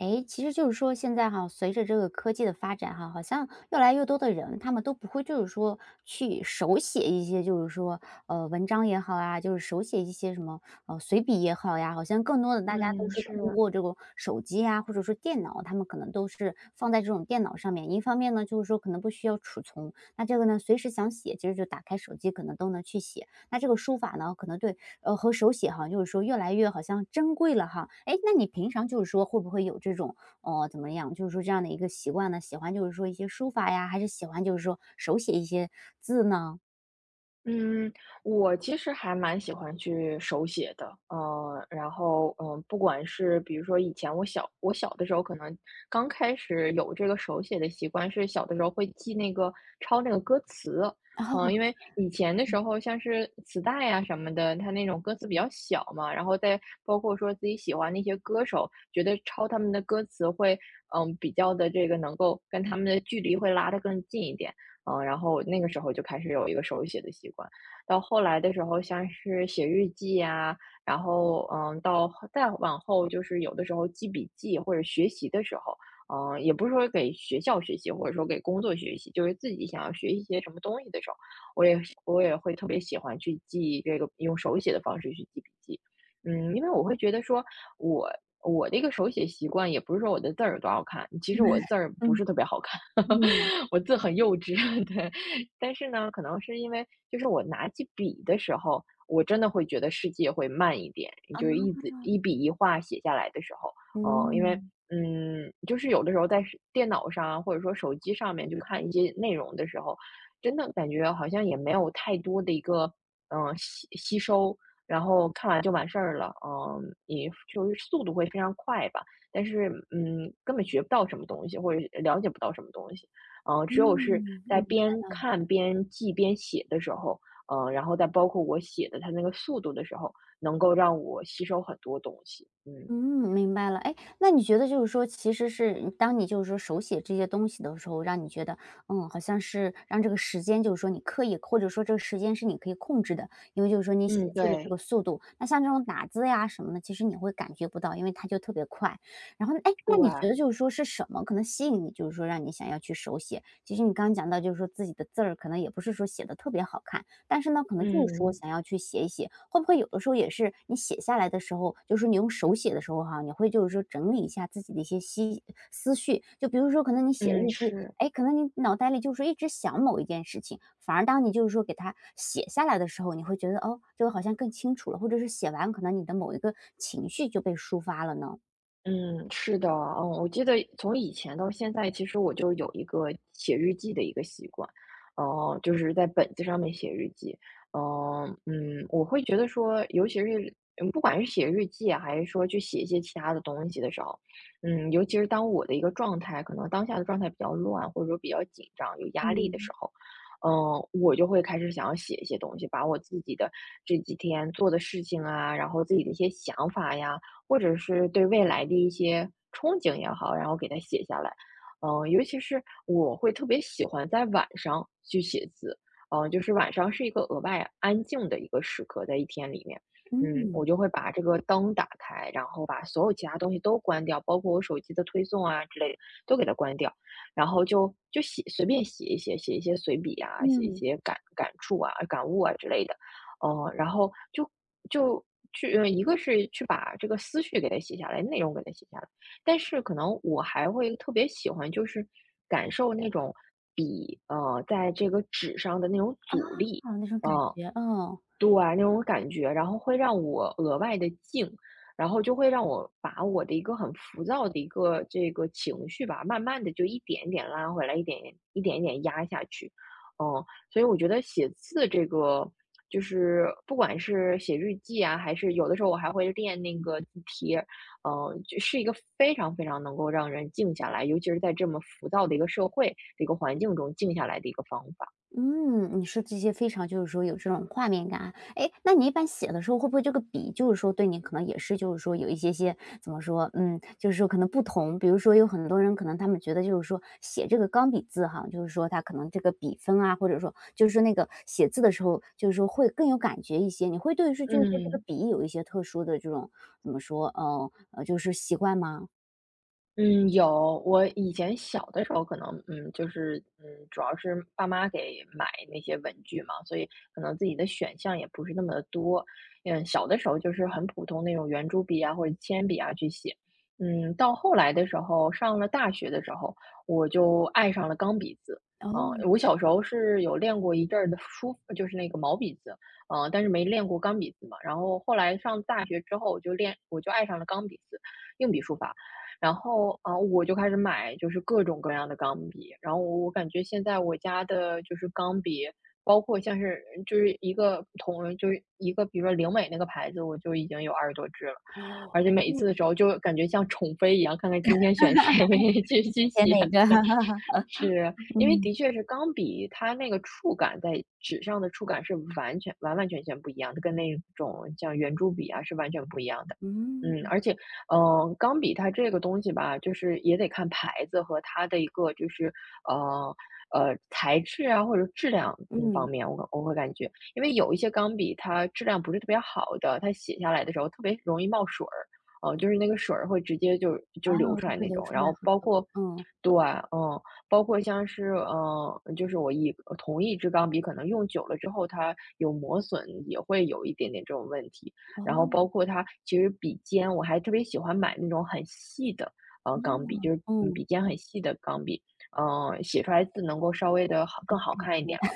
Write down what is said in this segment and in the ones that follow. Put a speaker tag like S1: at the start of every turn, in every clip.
S1: 诶，其实就是说现在哈，随着这个科技的发展哈，好像越来越多的人，他们都不会就是说去手写一些，就是说，文章也好啊，就是手写一些什么，随笔也好呀，好像更多的大家都
S2: 嗯，
S1: 是通
S2: 是，
S1: 过这个手机啊，或者说电脑，他们可能都是放在这种电脑上面。一方面呢，就是说可能不需要储存，那这个呢，随时想写，其实就打开手机可能都能去写。那这个书法呢，可能对和手写哈，就是说越来越好像珍贵了哈。哎，那你平常就是说会不会有这种，怎么样，就是说这样的一个习惯呢？喜欢就是说一些书法呀，还是喜欢就是说手写一些字呢？
S2: 嗯，我其实还蛮喜欢去手写的，然后，不管是比如说以前我小的时候，可能刚开始有这个手写的习惯，是小的时候会记那个抄那个歌词。因
S1: 哦。
S2: 为以前的时候像是磁带呀、什么的，它那种歌词比较小嘛，然后再包括说自己喜欢那些歌手，觉得抄他们的歌词会，比较的这个能够跟他们的距离会拉得更近一点。然后那个时候就开始有一个手写的习惯，到后来的时候，像是写日记呀，然后再往后就是有的时候记笔记或者学习的时候。也不是说给学校学习，或者说给工作学习，就是自己想要学一些什么东西的时候，我也会特别喜欢去记这个用手写的方式去记笔记。因为我会觉得说我。我的一个手写习惯，也不是说我的字儿有多好看，其实我
S1: 嗯
S2: 字儿不
S1: 嗯。
S2: 是特别好看。
S1: 嗯。
S2: 我字很幼稚，对。但是呢，可能是因为就是我拿起笔的时候，我真的会觉得世界会慢一点，就是一字一笔一画写下来的时候。因为就是有的时候在是电脑上啊，或者说手机上面就看一些内容的时候，真的感觉好像也没有太多的一个吸收，然后看完就完事儿了。嗯，也就是速度会非常快吧。但是根本学不到什么东西，或者了解不到什么东西。只有是
S1: 嗯。
S2: 在
S1: 嗯。
S2: 边看边记边写的时候。然后再包括我写的它那个速度的时候，能够让我吸收很多东西。嗯，
S1: 嗯，明白了。哎，那你觉得就是说，其实是当你就是说手写这些东西的时候，让你觉得，好像是让这个时间，就是说你刻意，或者说这个时间是你可以控制的，因为就是说你写
S2: 嗯，
S1: 字的这
S2: 对，
S1: 个速度，那像这种打字呀什么的，其实你会感觉不到，因为它就特别快。然后，哎，那
S2: 对，
S1: 你觉得就是说是什么可能吸引你，就是说让你想要去手写？其实你刚刚讲到，就是说自己的字儿可能也不是说写的特别好看，但是呢，可能就是说
S2: 嗯，
S1: 想要去写一写，会不会有的时候也是你写下来的时候，就是你用手写的时候哈，你会就是说整理一下自己的一些思绪，就比如说可能你写
S2: 嗯，
S1: 日记，
S2: 是。
S1: 哎，可能你脑袋里就是一直想某一件事情，反而当你就是说给它写下来的时候，你会觉得哦，这个好像更清楚了，或者是写完可能你的某一个情绪就被抒发了呢？
S2: 嗯，是的。嗯，我记得从以前到现在，其实我就有一个写日记的一个习惯。就是在本子上面写日记。呃，我会觉得说，尤其是不管是写日记啊还是说去写一些其他的东西的时候。尤其是当我的一个状态，可能当下的状态比较乱，或者说比较紧张、有压力的时
S1: 嗯。
S2: 候。我就会开始想要写一些东西，把我自己的这几天做的事情啊，然后自己的一些想法呀，或者是对未来的一些憧憬也好，然后给它写下来。尤其是我会特别喜欢在晚上去写字。就是晚上是一个额外安静的一个时刻，在一天里面。我
S1: 嗯。
S2: 就会把这个灯打开，然后把所有其他东西都关掉，包括我手机的推送啊之类的都给它关掉，然后就写，随便写一写，写一些随笔啊，写一
S1: 嗯。
S2: 些感触啊、感悟啊之类的。然后就去一个是去把这个思绪给它写下来，内容给它写下来。但是可能我还会特别喜欢，就是感受那种笔在这个纸上的那种阻力。
S1: 啊，那种感
S2: 嗯、
S1: 觉。嗯。
S2: 对，那种感觉，然后会让我额外的静，然后就会让我把我的一个很浮躁的一个这个情绪吧，慢慢的就一点一点拉回来，一点一点一点压下去。嗯，所以我觉得写字这个就是不管是写日记啊，还是有的时候我还会练那个字帖。就是一个非常非常能够让人静下来，尤其是在这么浮躁的一个社会的一个环境中静下来的一个方法。
S1: 嗯，你说这些非常就是说有这种画面感啊。诶，那你一般写的时候会不会这个笔就是说对你可能也是就是说有一些些怎么说，就是说可能不同。比如说有很多人可能他们觉得就是说写这个钢笔字哈，就是说他可能这个笔锋啊，或者说就是说那个写字的时候，就是说会更有感觉一些。你会对是就是说这个
S2: 嗯。
S1: 笔有一些特殊的这种怎么说，就是习惯吗？
S2: 嗯，有。我以前小的时候可能，就是，主要是爸妈给买那些文具嘛，所以可能自己的选项也不是那么的多。小的时候就是很普通那种圆珠笔啊或者铅笔啊去写。到后来的时候，上了大学的时候，我就爱上了钢笔字。
S1: 哦。
S2: 我小时候是有练过一阵儿的就是那个毛笔字。但是没练过钢笔字嘛。然后后来上大学之后，我就爱上了钢笔字，硬笔书法。然后啊，我就开始买就是各种各样的钢笔。然后我感觉现在我家的就是钢笔，包括像是就是一个比如说灵美那个牌子，我就已经有20多支了。
S1: 哦。
S2: 而且每一次的时候就感觉像宠妃一样，看看今天选谁 去
S1: 写
S2: 写。
S1: 哪个？
S2: 是，因为
S1: 嗯。
S2: 的确是钢笔，它那个触感在纸上的触感是完完全全不一样的，跟那种像圆珠笔啊是完全不一样的。
S1: 嗯
S2: 而且钢笔它这个东西吧，就是也得看牌子和它的一个就是，呃材质啊或者质量方
S1: 嗯。
S2: 面，我会感觉，因为有一些钢笔它质量不是特别好的，它写下来的时候特别容易冒水儿。就是那个水儿会直接就
S1: 啊，
S2: 流出
S1: 就
S2: 来
S1: 会
S2: 那
S1: 流
S2: 种。
S1: 出
S2: 然
S1: 来
S2: 后
S1: 很
S2: 包
S1: 多。
S2: 括，
S1: 嗯。
S2: 对。嗯，包括像是，就是同一支钢笔可能用久了之后，它有磨损，也会有一点点这种问题。
S1: 哦。
S2: 然后包括它其实笔尖，我还特别喜欢买那种很细的。钢笔，
S1: 嗯。
S2: 就是
S1: 嗯。
S2: 笔尖很细的钢笔。写出来字能够稍微的更好看一点 嘛。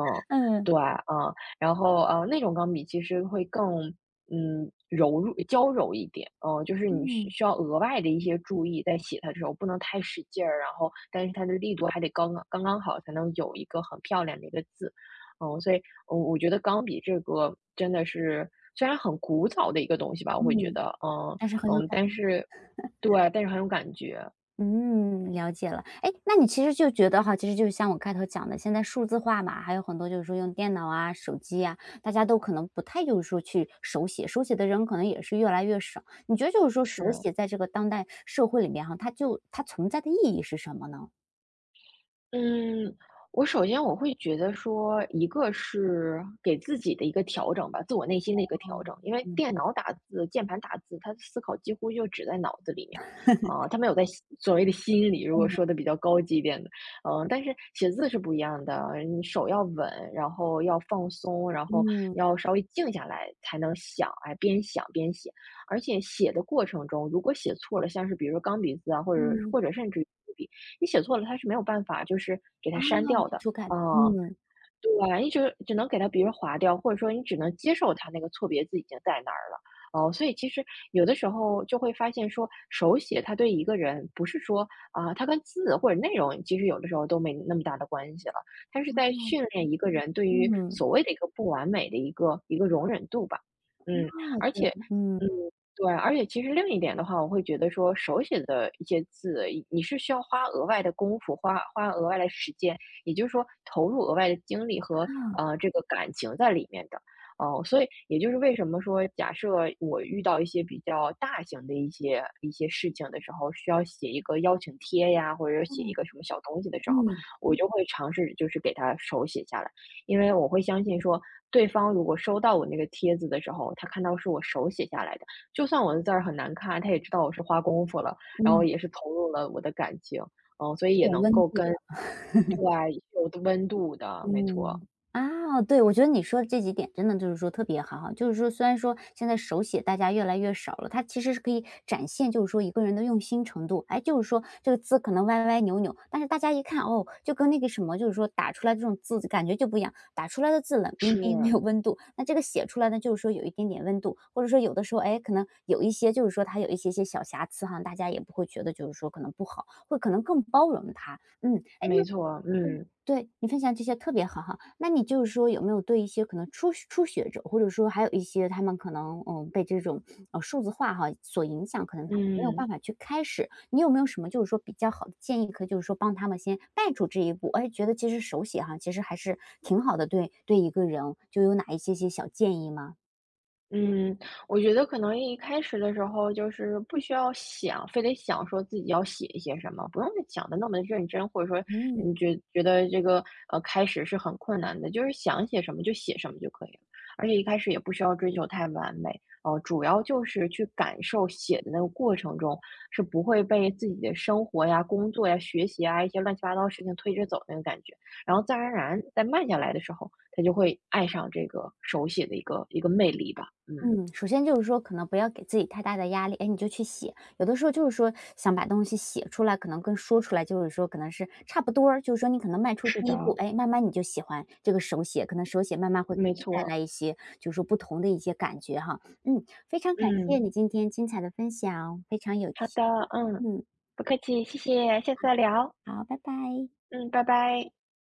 S2: 嗯，
S1: 嗯。
S2: 对啊。嗯，然后那种钢笔其实会更柔弱娇柔一点。嗯、就是你需
S1: 嗯。
S2: 需要额外的一些注意，在写它的时候不能太使劲儿，然后但是它的力度还得刚刚好，才能有一个很漂亮的一个字。所以我觉得钢笔这个真的是虽然很古早的一个东西吧，我会觉
S1: 嗯。
S2: 得，嗯
S1: 但是很有
S2: 嗯，
S1: 感。
S2: 但是对，但是很有感觉。
S1: 嗯，了解了。哎，那你其实就觉得哈，其实就是像我开头讲的，现在数字化嘛，还有很多就是说用电脑啊、手机啊，大家都可能不太就是说去手写，手写的人可能也是越来越少。你觉得就是说手
S2: 是。
S1: 写在这个当代社会里面哈，它就它存在的意义是什么呢？
S2: 嗯，我首先会觉得说，一个是给自己的一个调整吧，自我内心的一个
S1: 哦。
S2: 调整。因为
S1: 嗯。
S2: 电脑打字、键盘打字，他的思考几乎就只在脑子里面。它没有在心所谓的心里。如果说
S1: 嗯。
S2: 的比较高级一点的，但是写字是不一样的，你手要稳，然后要放松，然后
S1: 嗯。
S2: 要稍微静下来才能想，哎，边想边写。而且写的过程中，如果写错了，像是比如说钢笔字啊，或者
S1: 嗯。
S2: 或者甚至于。你写错了，它是没有办法就是给它删
S1: 那我
S2: 掉
S1: 去
S2: 的。
S1: 涂改。
S2: 啊。
S1: 嗯。
S2: 对啊，你只能给它，比如划掉，或者说你只能接受它那个错别字已经在那儿了。哦，所以其实有的时候就会发现说，手写它对一个人不是说啊，它跟字或者内容其实有的时候都没那么大的关系了，它是在训练一个人对于
S1: 嗯。
S2: 所谓的一个不完美的一个容忍度吧。嗯，
S1: 哦。
S2: 而
S1: 对。
S2: 且。
S1: 嗯。
S2: 嗯，对啊，而且其实另一点的话，我会觉得说手写的一些字，你是需要花额外的功夫，花额外的时间，也就是说投入额外的精力和这个感情在里面的。哦，所以也就是为什么说，假设我遇到一些比较大型的一些事情的时候，需要写一个邀请贴呀，或者写一
S1: 嗯。
S2: 个什么小东西的时候，
S1: 嗯，
S2: 我就会尝试就是给他手写下来。因为我会相信说，对方如果收到我那个帖子的时候，他看到是我手写下来的，就算我的字儿很难看，他也知道我是花功夫了，然后
S1: 嗯
S2: 也是投入了我的感情。嗯，所以
S1: 这
S2: 也
S1: 种
S2: 能
S1: 温
S2: 够
S1: 度。
S2: 跟对，有的温度的，没错，
S1: 嗯，啊，对，我觉得你说的这几点真的就是说特别好哈，就是说虽然说现在手写大家越来越少了，它其实是可以展现就是说一个人的用心程度。哎，就是说这个字可能歪歪扭扭，但是大家一看哦，就跟那个什么，就是说打出来这种字感觉就不一样，打出来的字冷冰冰没
S2: 是，
S1: 有温度，那这个写出来呢，就是说有一点点温度，或者说有的时候哎，可能有一些就是说它有一些些小瑕疵哈，大家也不会觉得就是说可能不好，会可能更包容它。嗯。哎，
S2: 没错，嗯，
S1: 对，你分享这些特别好哈。那你就是说有没有对一些可能初学者，或者说还有一些他们可能被这种数字化哈所影响，可能他们没有办
S2: 嗯。
S1: 法去开始，你有没有什么就是说比较好的建议，可以就是说帮他们先迈出这一步？哎，觉得其实手写哈其实还是挺好的，对一个人就有哪一些些小建议吗？
S2: 嗯，我觉得可能一开始的时候就是不需要想，非得想说自己要写一些什么，不用想的那么认真，或者说
S1: 嗯。
S2: 你觉得这个开始是很困难的，就是想写什么就写什么就可以了。而且一开始也不需要追求太完美。主要就是去感受写的那个过程中是不会被自己的生活呀、工作呀、学习啊一些乱七八糟的事情推着走那个感觉，然后自然而然在慢下来的时候，他就会爱上这个手写的一个魅力吧。嗯，
S1: 嗯，首先就是说，可能不要给自己太大的压力，哎，你就去写。有的时候就是说，想把东西写出来，可能跟说出来，就是说，可能是差不多儿就是说，你可能迈出
S2: 是
S1: 第
S2: 的，
S1: 一步，哎，慢慢你就喜欢这个手写，可能手写慢慢会给
S2: 没
S1: 你带
S2: 错。
S1: 来一些，就是说不同的一些感觉哈。嗯，非常感谢
S2: 嗯，
S1: 你今天精彩的分享，非常有
S2: 好的，
S1: 趣。
S2: 嗯，
S1: 嗯，
S2: 不客气，谢谢，下次再聊。
S1: 好，拜拜。
S2: 嗯，拜拜。